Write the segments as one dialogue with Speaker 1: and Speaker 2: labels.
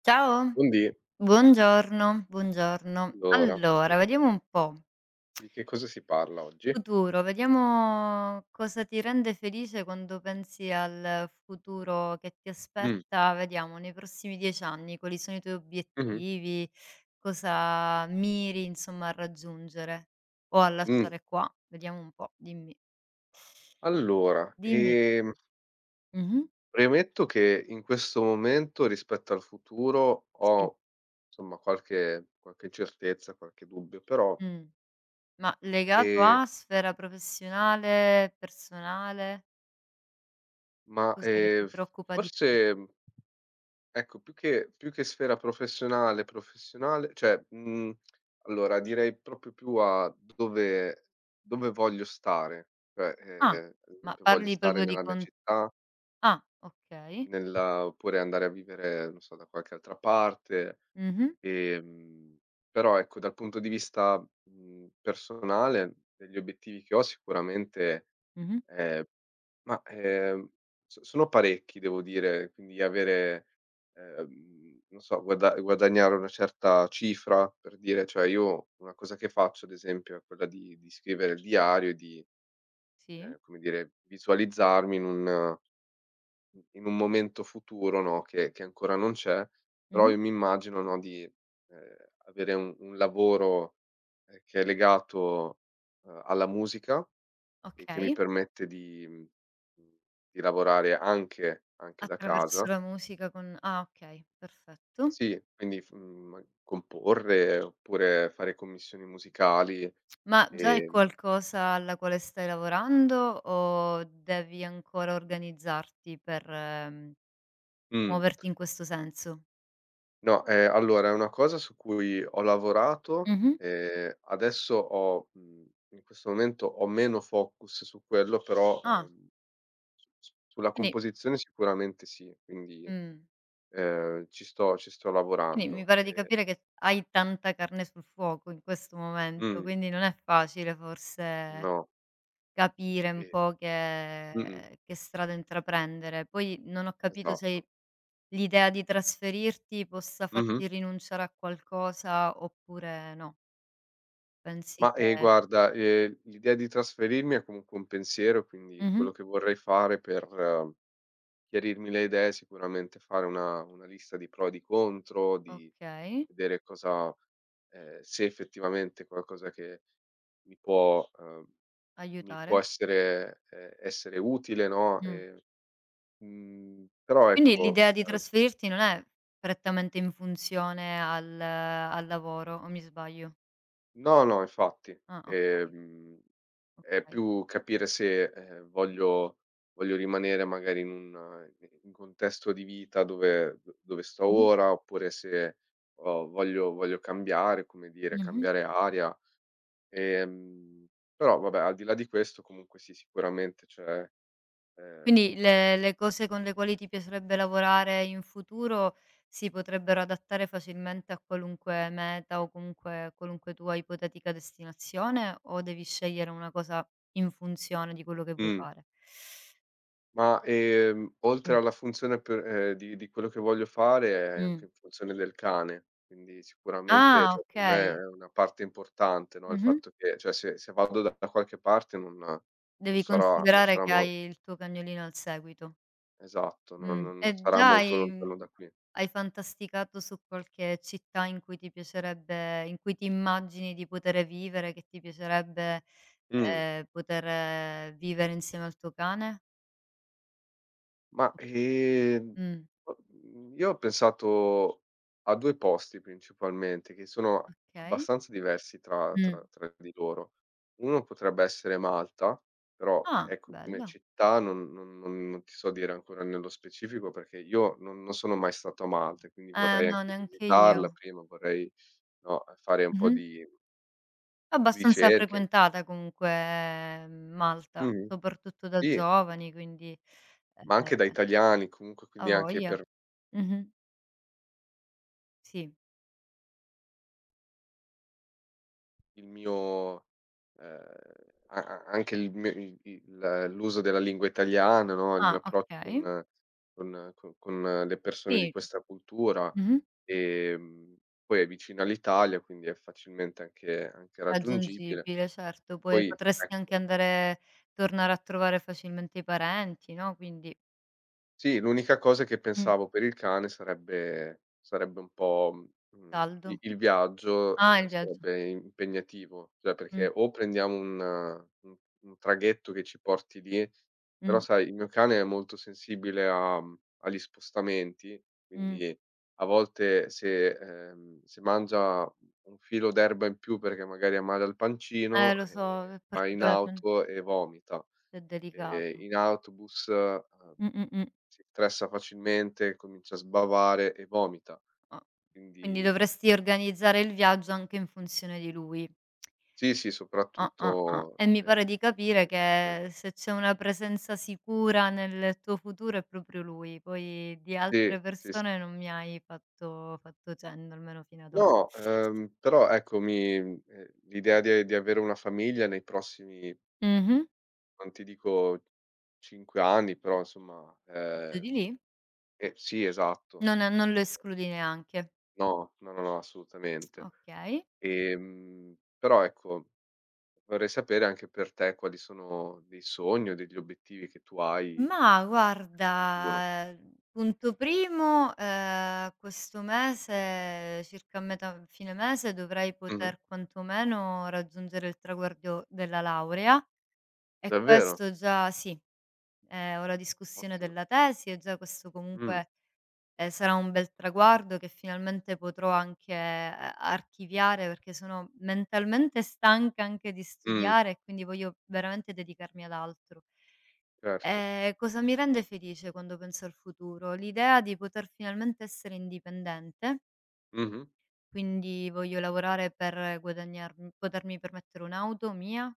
Speaker 1: Ciao,
Speaker 2: Buondì,
Speaker 1: buongiorno, buongiorno.
Speaker 2: allora,
Speaker 1: Allora,
Speaker 2: di
Speaker 1: vediamo un po',
Speaker 2: di che cosa si parla oggi?
Speaker 1: futuro, vediamo cosa ti rende felice quando pensi al futuro che ti
Speaker 2: Mh,
Speaker 1: aspetta, vediamo nei prossimi 10 anni quali sono i tuoi
Speaker 2: mh-mh,
Speaker 1: obiettivi, cosa miri insomma a raggiungere o a
Speaker 2: mh.
Speaker 1: lasciare qua, vediamo un po', dimmi.
Speaker 2: Allora,
Speaker 1: Dimmi tu. Mh-mh.
Speaker 2: premetto che in questo momento rispetto al futuro
Speaker 1: Sì.
Speaker 2: ho, insomma, qualche incertezza, qualche dubbio, però
Speaker 1: Mh. Ma legato
Speaker 2: ehm,
Speaker 1: a sfera professionale, personale?
Speaker 2: ma,
Speaker 1: Cos'è che ti
Speaker 2: f
Speaker 1: preoccupa di
Speaker 2: forse
Speaker 1: più?
Speaker 2: mhmm, Ecco, più che sfera professionale, cioè, allora direi proprio più a dove voglio stare, cioè,
Speaker 1: Ah,
Speaker 2: ad
Speaker 1: ma
Speaker 2: esempio voglio
Speaker 1: parli
Speaker 2: stare
Speaker 1: proprio di
Speaker 2: nella mia
Speaker 1: con
Speaker 2: città,
Speaker 1: ah, okay.
Speaker 2: nella oppure andare a vivere, non so, da qualche altra parte.
Speaker 1: Mh-mh,
Speaker 2: ehm, Però ecco, dal punto di vista personale, degli obiettivi che ho sicuramente,
Speaker 1: mh-mh,
Speaker 2: ehm ma, sono parecchi, devo dire. Quindi avere, non so, guadagnare una certa cifra, per dire. Cioè, io una cosa che faccio ad esempio è quella di scrivere il diario e di,
Speaker 1: sì,
Speaker 2: come dire, visualizzarmi in un momento futuro, no, che ancora non c'è. Però
Speaker 1: mh-mh,
Speaker 2: io mi immagino, no, di, avere un lavoro, che è legato, alla musica, e che mi
Speaker 1: okay.
Speaker 2: permette di mhmm, di lavorare anche da
Speaker 1: Attraverso
Speaker 2: casa.
Speaker 1: la musica con ah, okay, perfetto.
Speaker 2: Sì, quindi ma comporre, oppure fare commissioni musicali.
Speaker 1: Ma già è
Speaker 2: ehm
Speaker 1: qualcosa alla quale stai lavorando o devi ancora organizzarti per,
Speaker 2: mh,
Speaker 1: muoverti in questo senso?
Speaker 2: no, allora è una cosa su cui ho lavorato.
Speaker 1: Mh-mh.
Speaker 2: Adesso ho in questo momento ho meno focus su quello, però,
Speaker 1: Ah,
Speaker 2: su su sulla
Speaker 1: quindi
Speaker 2: composizione sicuramente sì, quindi,
Speaker 1: mh,
Speaker 2: ci sto
Speaker 1: quindi mi
Speaker 2: lavorando.
Speaker 1: pare di capire che hai tanta carne sul fuoco in questo momento,
Speaker 2: Mh,
Speaker 1: quindi non è facile forse
Speaker 2: no,
Speaker 1: capire un
Speaker 2: e
Speaker 1: po'
Speaker 2: mh-mh.
Speaker 1: che strada intraprendere. Poi non ho capito se
Speaker 2: Esatto.
Speaker 1: l'idea di trasferirti possa
Speaker 2: Mh-mh.
Speaker 1: farti rinunciare a qualcosa oppure no. Pensi
Speaker 2: Ma,
Speaker 1: che
Speaker 2: guarda, l'idea di trasferirmi è comunque un pensiero. Quindi
Speaker 1: mh-mh,
Speaker 2: quello che vorrei fare per chiarirmi le idee, sicuramente fare una lista di pro e di contro, di
Speaker 1: okay,
Speaker 2: vedere cosa, se effettivamente è qualcosa che mi può uhm, mi può
Speaker 1: aiutare.
Speaker 2: essere, essere utile, no.
Speaker 1: Mh.
Speaker 2: Però
Speaker 1: Quindi
Speaker 2: ecco,
Speaker 1: l'idea di
Speaker 2: uhm
Speaker 1: trasferirti non è prettamente in funzione al lavoro o mi sbaglio?
Speaker 2: no, no, infatti.
Speaker 1: Ah, okay,
Speaker 2: È
Speaker 1: okay.
Speaker 2: più capire se, voglio rimanere magari in un contesto di vita dove d dove sto
Speaker 1: Mh-mh.
Speaker 2: ora, oppure se ho voglio voglio cambiare, come dire,
Speaker 1: Mh-mh.
Speaker 2: cambiare aria. Ehm, Però vabbè, al di là di questo comunque sì, sicuramente c'è. ehm
Speaker 1: Quindi le cose con le quali ti piacerebbe lavorare in futuro si potrebbero adattare facilmente a qualunque meta o comunque a qualunque tua ipotetica destinazione, o devi scegliere una cosa in funzione di quello che vuoi
Speaker 2: mh.
Speaker 1: fare?
Speaker 2: Ma, oltre
Speaker 1: Mh,
Speaker 2: alla funzione per di quello che voglio fare, è
Speaker 1: mh.
Speaker 2: anche in funzione del cane. Quindi sicuramente,
Speaker 1: Ah,
Speaker 2: cioè, per me
Speaker 1: okay.
Speaker 2: è una parte importante, no, il
Speaker 1: Mh-mh.
Speaker 2: fatto che, cioè, se vado da qualche parte non non
Speaker 1: Devi
Speaker 2: sarà non
Speaker 1: considerare
Speaker 2: sarà
Speaker 1: che
Speaker 2: mo
Speaker 1: hai il tuo cagnolino al seguito.
Speaker 2: esatto, non
Speaker 1: E
Speaker 2: sarà
Speaker 1: già
Speaker 2: molto
Speaker 1: hai
Speaker 2: lontano
Speaker 1: mhmm,
Speaker 2: da qui.
Speaker 1: hai fantasticato su qualche città in cui ti piacerebbe in cui ti immagini di poter vivere, che ti piacerebbe,
Speaker 2: Mh.
Speaker 1: poter vivere insieme al tuo cane?
Speaker 2: Ma,
Speaker 1: Mh,
Speaker 2: io ho pensato a 2 posti principalmente, che sono
Speaker 1: okay.
Speaker 2: abbastanza diversi tra
Speaker 1: Mh.
Speaker 2: tra tra di loro. Uno potrebbe essere Malta, però
Speaker 1: Ah,
Speaker 2: ecco, come
Speaker 1: bello.
Speaker 2: città non ti so dire ancora nello specifico, perché io non sono mai stato a Malta, e quindi vorrei
Speaker 1: No,
Speaker 2: anche
Speaker 1: neanche io.
Speaker 2: visitarla prima, vorrei, no, fare un po'
Speaker 1: Mh-mh.
Speaker 2: di
Speaker 1: Abbastanza
Speaker 2: ricerche.
Speaker 1: frequentata comunque Malta,
Speaker 2: Mh-mh.
Speaker 1: soprattutto da
Speaker 2: Sì,
Speaker 1: giovani, quindi,
Speaker 2: ma anche da
Speaker 1: ehm,
Speaker 2: italiani comunque,
Speaker 1: a
Speaker 2: quindi anche
Speaker 1: voglia.
Speaker 2: per
Speaker 1: Mh-mh. Sì.
Speaker 2: il mio a a anche il mio il l'uso della lingua italiana, no, il mio
Speaker 1: Ah,
Speaker 2: approccio
Speaker 1: okay.
Speaker 2: con co con le persone di
Speaker 1: Sì.
Speaker 2: questa cultura.
Speaker 1: Mh-mh.
Speaker 2: ehm, Poi è vicina all'Italia, quindi è facilmente anche raggiungibile.
Speaker 1: Raggiungibile, certo. Poi
Speaker 2: Poi
Speaker 1: potresti
Speaker 2: ecco,
Speaker 1: anche andare tornare a trovare facilmente i parenti, no, quindi.
Speaker 2: sì, l'unica cosa è che
Speaker 1: Mh.
Speaker 2: pensavo per il cane sarebbe un po', i
Speaker 1: Saldo.
Speaker 2: il viaggio,
Speaker 1: Ah, il viaggio.
Speaker 2: sarebbe impegnativo. Cioè,
Speaker 1: Mh,
Speaker 2: perché o prendiamo un un traghetto che ci porti lì, però
Speaker 1: mh,
Speaker 2: sai il mio cane è molto sensibile a agli spostamenti.
Speaker 1: mh.
Speaker 2: Quindi a volte se, se mangia un filo d'erba in più perché magari ha male al pancino,
Speaker 1: Lo so, è
Speaker 2: va in
Speaker 1: particolarmente
Speaker 2: auto e vomita,
Speaker 1: delicato.
Speaker 2: in autobus,
Speaker 1: Mh, mh, mh.
Speaker 2: si stressa facilmente, comincia a sbavare e vomita.
Speaker 1: Ah, quindi
Speaker 2: Quindi
Speaker 1: dovresti organizzare il viaggio anche in funzione di lui.
Speaker 2: sì, sì,
Speaker 1: Ah, ah, ah.
Speaker 2: soprattutto,
Speaker 1: E mi pare di capire
Speaker 2: soprattutto in persone.
Speaker 1: che se c'è una presenza sicura nel tuo futuro è proprio lui, poi di
Speaker 2: Sì,
Speaker 1: altre
Speaker 2: sì, sì.
Speaker 1: persone non mi hai fatto cenno, almeno fino ad o.
Speaker 2: No, però ecco, mi l'idea di avere una famiglia nei prossimi,
Speaker 1: Mh-mh.
Speaker 2: non ti dico, 5 anni, però insomma.
Speaker 1: Giù di lì?
Speaker 2: Sì, esatto.
Speaker 1: Non lo escludi neanche.
Speaker 2: No, no, no, no, assolutamente.
Speaker 1: Okay.
Speaker 2: Però ecco, vorrei sapere anche per te quali sono dei sogni o degli obiettivi che tu hai
Speaker 1: Ma
Speaker 2: in futuro.
Speaker 1: guarda, punto primo, questo mese, circa a metà fine mese, dovrei
Speaker 2: Mh-mh.
Speaker 1: poter quantomeno raggiungere il traguardo della laurea e
Speaker 2: Davvero?
Speaker 1: questo già sì, ho la discussione
Speaker 2: Ottimo.
Speaker 1: della tesi e già questo
Speaker 2: Mh.
Speaker 1: comunque. Sarà un bel traguardo che finalmente potrò anche a archiviare, perché sono mentalmente stanca anche di
Speaker 2: Mh.
Speaker 1: studiare e quindi voglio veramente dedicarmi ad altro.
Speaker 2: Certo.
Speaker 1: Cosa mi rende felice quando penso al futuro? L'idea di poter finalmente essere indipendente,
Speaker 2: Mh-mh.
Speaker 1: quindi voglio lavorare per guadagnarm potermi permettere un'auto mia.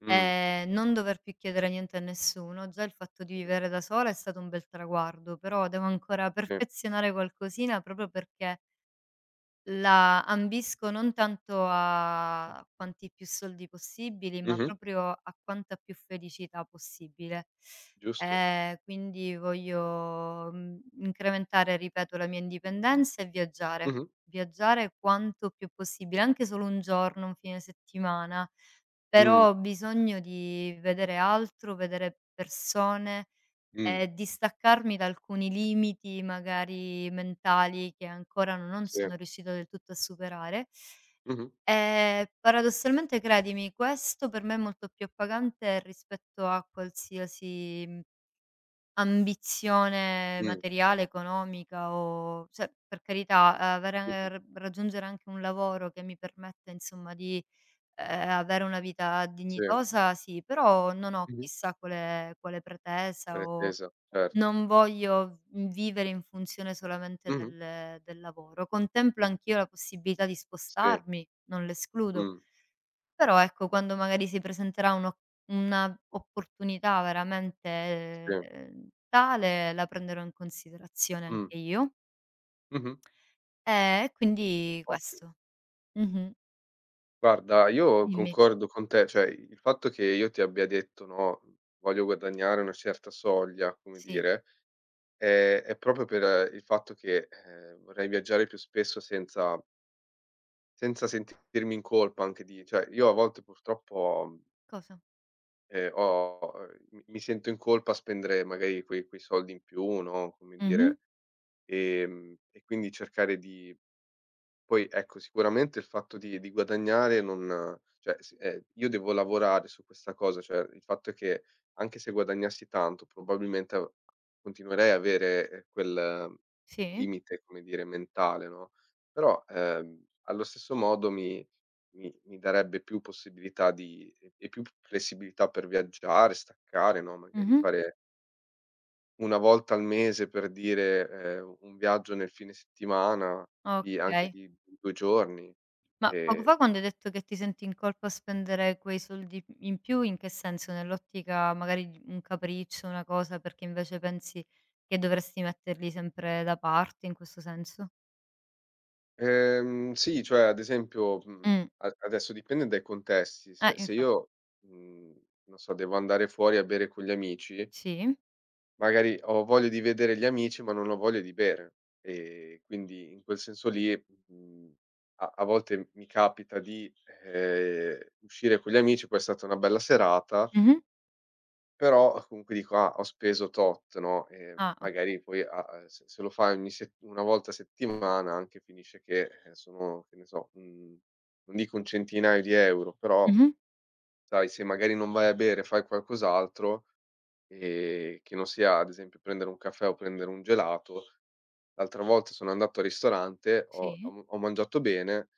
Speaker 2: Mh.
Speaker 1: Non dover più chiedere niente a nessuno. Già il fatto di
Speaker 2: Mh.
Speaker 1: vivere da sola è stato un bel traguardo, però devo ancora
Speaker 2: Sì.
Speaker 1: perfezionare qualcosina proprio perché la ambisco non tanto a quanti più soldi possibili, ma
Speaker 2: Mh-mh.
Speaker 1: proprio a quanta più felicità possibile.
Speaker 2: Giusto.
Speaker 1: Quindi voglio, incrementare, ripeto, la mia indipendenza e viaggiare.
Speaker 2: Mh-mh.
Speaker 1: Viaggiare quanto più possibile, anche solo un giorno, un fine settimana,
Speaker 2: Mh.
Speaker 1: però ho bisogno di vedere altro, vedere persone.
Speaker 2: Mh.
Speaker 1: Distaccarmi da alcuni limiti magari mentali che ancora no, non
Speaker 2: Sì.
Speaker 1: sono riuscita del tutto a superare.
Speaker 2: Mh-mh.
Speaker 1: Paradossalmente credimi, questo per me è molto più appagante rispetto a qualsiasi, ambizione
Speaker 2: Mh.
Speaker 1: materiale, economica o cioè per carità, avere
Speaker 2: Mh-mh.
Speaker 1: r raggiungere anche un lavoro che mi permetta insomma di, avere una vita
Speaker 2: Sì.
Speaker 1: dignitosa sì, però non ho
Speaker 2: Mh-mh.
Speaker 1: chissà quale pretesa o
Speaker 2: Pretesa, certo.
Speaker 1: non voglio, vivere in funzione solamente
Speaker 2: Mh-mh.
Speaker 1: del lavoro. Contemplo anch'io la possibilità di
Speaker 2: Sì.
Speaker 1: spostarmi, non l'escludo,
Speaker 2: Mh.
Speaker 1: però ecco quando magari si presenterà un'oc una opportunità veramente,
Speaker 2: Sì.
Speaker 1: tale la prenderò in considerazione
Speaker 2: Mh.
Speaker 1: anche io.
Speaker 2: Mh-mh.
Speaker 1: E quindi
Speaker 2: Ottimo.
Speaker 1: questo. Mh-mh.
Speaker 2: Guarda, io
Speaker 1: Dimmi.
Speaker 2: concordo con te, cioè il fatto che io ti abbia detto, no, voglio guadagnare una certa soglia, come
Speaker 1: Sì.
Speaker 2: dire. È proprio per il fatto che, vorrei viaggiare più spesso senza sentirmi in colpa. Anche di, cioè, io a volte purtroppo,
Speaker 1: Cosa?
Speaker 2: ho mi sento in colpa a spendere magari quei quei soldi in più, no, come
Speaker 1: Mh-mh.
Speaker 2: dire. E quindi cercare di, poi ecco, sicuramente il fatto di guadagnare non, cioè, s io devo lavorare su questa cosa. Cioè il fatto è che anche se guadagnassi tanto probabilmente av continuerei a avere, quel
Speaker 1: Sì.
Speaker 2: limite, come dire, mentale, no. Però, allo stesso modo mi mi darebbe più possibilità di e più flessibilità per viaggiare, staccare, no, magari
Speaker 1: Mh-mh.
Speaker 2: fare 1 volta al mese, per dire, un viaggio nel fine settimana di anche
Speaker 1: Okay.
Speaker 2: di 2 giorni.
Speaker 1: Ma poco
Speaker 2: E,
Speaker 1: fa quando hai detto che ti senti in colpa a spendere quei soldi in più, in che senso? Nell'ottica magari di un capriccio, una cosa, perché invece pensi che dovresti metterli sempre da parte, in questo senso?
Speaker 2: sì, cioè ad esempio,
Speaker 1: Mh.
Speaker 2: a adesso dipende dai contesti. Se
Speaker 1: Infatti
Speaker 2: io, mhmm, non so, devo andare fuori a bere con gli amici,
Speaker 1: sì.
Speaker 2: magari ho voglia di vedere gli amici, ma non ho voglia di bere. E quindi in quel senso lì, mhmm, a volte mi capita di, uscire con gli amici, poi è stata una bella serata.
Speaker 1: Mh-mh.
Speaker 2: Però comunque dico: "Ah, ho speso tot", no.
Speaker 1: Ah, okay.
Speaker 2: Magari poi a a se lo fai ogni set 1 volta a settimana anche finisce che, sono, che ne so, non dico un centinaio di euro, però
Speaker 1: Mh-mh.
Speaker 2: sai, se magari non vai a bere e fai qualcos'altro, che non sia, ad esempio, prendere un caffè o prendere un gelato. L'altra volta sono andato al ristorante, ho
Speaker 1: Sì.
Speaker 2: ho ho mangiato bene,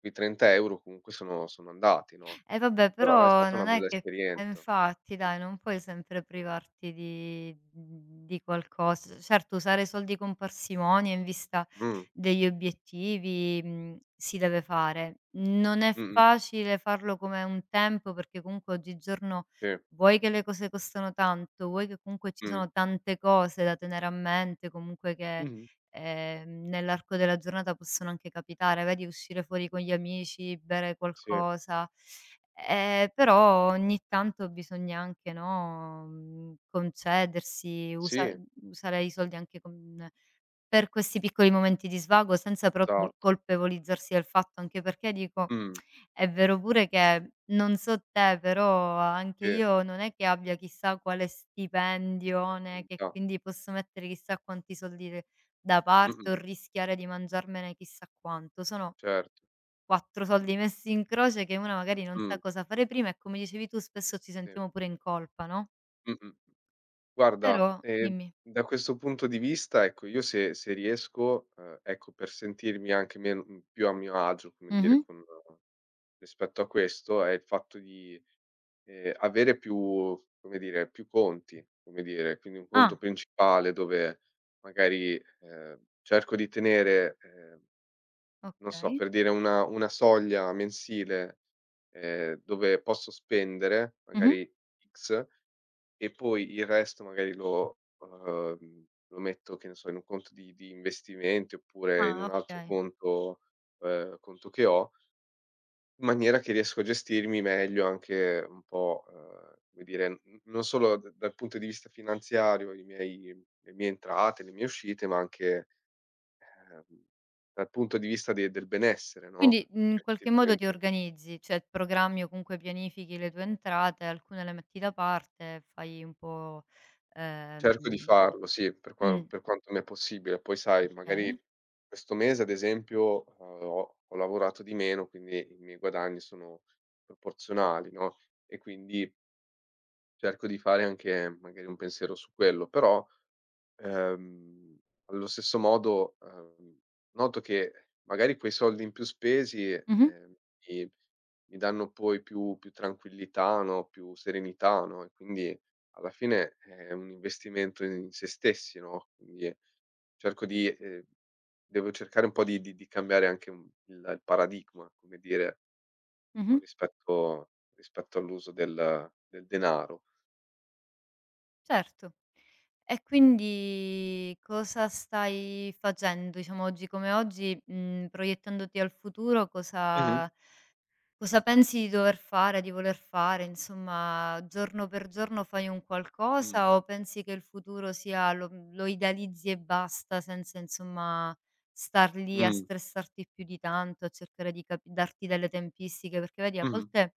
Speaker 2: quei 30 € comunque sono andati, no,
Speaker 1: Eh vabbè,
Speaker 2: però è
Speaker 1: però
Speaker 2: stata una
Speaker 1: non è
Speaker 2: bella
Speaker 1: che eh
Speaker 2: esperienza.
Speaker 1: infatti dai, non puoi sempre privarti di qualcosa. Certo, usare i soldi con parsimonia in vista
Speaker 2: Mh.
Speaker 1: degli obiettivi, si deve fare. Non è
Speaker 2: Mh-mh.
Speaker 1: facile farlo come un tempo, perché comunque oggigiorno
Speaker 2: Sì.
Speaker 1: vuoi che le cose costano tanto, vuoi che comunque ci
Speaker 2: Mh.
Speaker 1: sono tante cose da tenere a mente, comunque che
Speaker 2: Mh-mh.
Speaker 1: nell'arco della giornata possono anche capitare, vedi uscire fuori con gli amici, bere
Speaker 2: Sì,
Speaker 1: qualcosa, però ogni tanto bisogna anche, no, concedersi,
Speaker 2: sì,
Speaker 1: usare i soldi anche con per questi piccoli momenti di svago senza però
Speaker 2: esatto.
Speaker 1: colpevolizzarsi del fatto, anche perché dico,
Speaker 2: Mh,
Speaker 1: è vero pure che non so te, però anche
Speaker 2: sì,
Speaker 1: io non è che abbia chissà quale stipendione, che
Speaker 2: disponibilità.
Speaker 1: quindi posso mettere chissà quanti soldi de da parte
Speaker 2: Mh-mh,
Speaker 1: o rischiare di mangiarmene chissà quanto. Sono
Speaker 2: certo.
Speaker 1: 4 soldi messi in croce che una magari non sa
Speaker 2: Mh,
Speaker 1: cosa fare prima e come dicevi tu spesso ci
Speaker 2: sì.
Speaker 1: sentiamo pure in colpa, no,
Speaker 2: Mh-mh. Guarda,
Speaker 1: però dimmi.
Speaker 2: da questo punto di vista, ecco, io, se riesco, ecco, per sentirmi anche più a mio agio, come dire,
Speaker 1: Mh-mh.
Speaker 2: con rispetto a questo, è il fatto di, avere più, come dire, più conti, come dire. Quindi un conto
Speaker 1: Ah,
Speaker 2: principale dove magari, cerco di tenere, non so,
Speaker 1: okay.
Speaker 2: per dire, una soglia mensile, dove posso spendere
Speaker 1: Mh-mh.
Speaker 2: magari X, e poi il resto magari lo metto, che ne so, in un conto di investimenti oppure in
Speaker 1: Ah,
Speaker 2: un altro
Speaker 1: okay.
Speaker 2: conto che ho, in maniera che riesco a gestirmi meglio anche un po', come dire. N Non solo d dal punto di vista finanziario i miei, le mie entrate, le mie uscite, ma anche, Ehm, dal punto di vista de del benessere, no,
Speaker 1: Quindi,
Speaker 2: perché
Speaker 1: in qualche modo ti
Speaker 2: effettivamente
Speaker 1: organizzi, cioè programmi o comunque pianifichi le tue entrate, alcune le metti da parte, fai un po', ehm
Speaker 2: cerco di farlo, sì, per qua
Speaker 1: mh,
Speaker 2: per quanto mi è possibile. Poi sai, magari
Speaker 1: okay.
Speaker 2: questo mese ad esempio, ho lavorato di meno, quindi i miei guadagni sono proporzionali, no, e quindi cerco di fare anche magari un pensiero su quello. Però, Ehm, allo stesso modo, noto che magari quei soldi in più spesi,
Speaker 1: Mh-mh,
Speaker 2: mi danno poi più tranquillità, no, più serenità, no, e quindi alla fine è un investimento in se stessi, no. Quindi cerco di devo cercare un po' di cambiare anche un il paradigma, come dire, no,
Speaker 1: mh-mh,
Speaker 2: rispetto all'uso del del denaro.
Speaker 1: certo. E quindi cosa stai facendo, diciamo oggi come oggi, proiettandoti al futuro.
Speaker 2: Mh-mh.
Speaker 1: Cosa pensi di dover fare, di voler fare, insomma, giorno per giorno fai un
Speaker 2: Mh.
Speaker 1: qualcosa o pensi che il futuro sia lo idealizzi e basta senza, insomma, star lì a
Speaker 2: Mh.
Speaker 1: stressarti più di tanto, a cercare di capi darti delle tempistiche? Perché vedi a
Speaker 2: Mh-mh.
Speaker 1: volte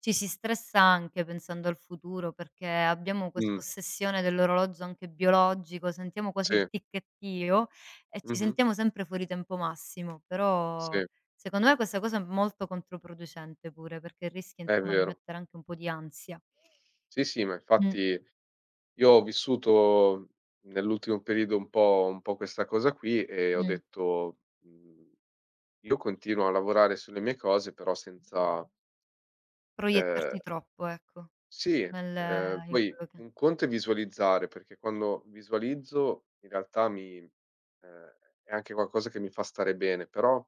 Speaker 1: ci si stressa anche pensando al futuro, perché abbiamo
Speaker 2: Mh.
Speaker 1: questa ossessione dell'orologio anche biologico, sentiamo quasi il
Speaker 2: Sì.
Speaker 1: ticchettio e ci
Speaker 2: Mh-mh.
Speaker 1: sentiamo sempre fuori tempo massimo, però
Speaker 2: Sì.
Speaker 1: secondo me questa cosa è molto controproducente pure, perché rischi
Speaker 2: È
Speaker 1: insomma di
Speaker 2: vero.
Speaker 1: mettere anche un po' di ansia.
Speaker 2: Sì, sì, ma
Speaker 1: Mh,
Speaker 2: infatti io ho vissuto nell'ultimo periodo un po' questa cosa qui e ho
Speaker 1: mh.
Speaker 2: detto: Io continuo a lavorare sulle mie cose, però senza". ehm,
Speaker 1: Proiettarti troppo, ecco,
Speaker 2: sì,
Speaker 1: nel in
Speaker 2: poi
Speaker 1: quello che
Speaker 2: un conto è visualizzare, perché quando visualizzo in realtà mi, è anche qualcosa che mi fa stare bene, però,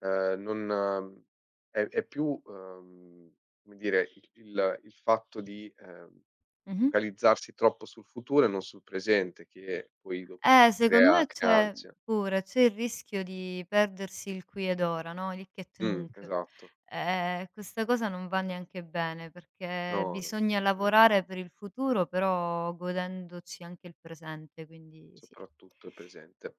Speaker 2: non, è più, come dire, il il fatto di,
Speaker 1: mh-mh.
Speaker 2: focalizzarsi troppo sul futuro e non sul presente, che poi dopo
Speaker 1: Secondo
Speaker 2: crea
Speaker 1: me
Speaker 2: crea
Speaker 1: c'è
Speaker 2: ansia.
Speaker 1: pure, c'è il rischio di perdersi il qui ed ora, no, l'hic et nunc.
Speaker 2: Esatto.
Speaker 1: Questa cosa non va neanche bene, perché
Speaker 2: No, no,
Speaker 1: bisogna
Speaker 2: assolutamente,
Speaker 1: lavorare per il futuro, però godendoci anche il presente, quindi sì.
Speaker 2: soprattutto il presente.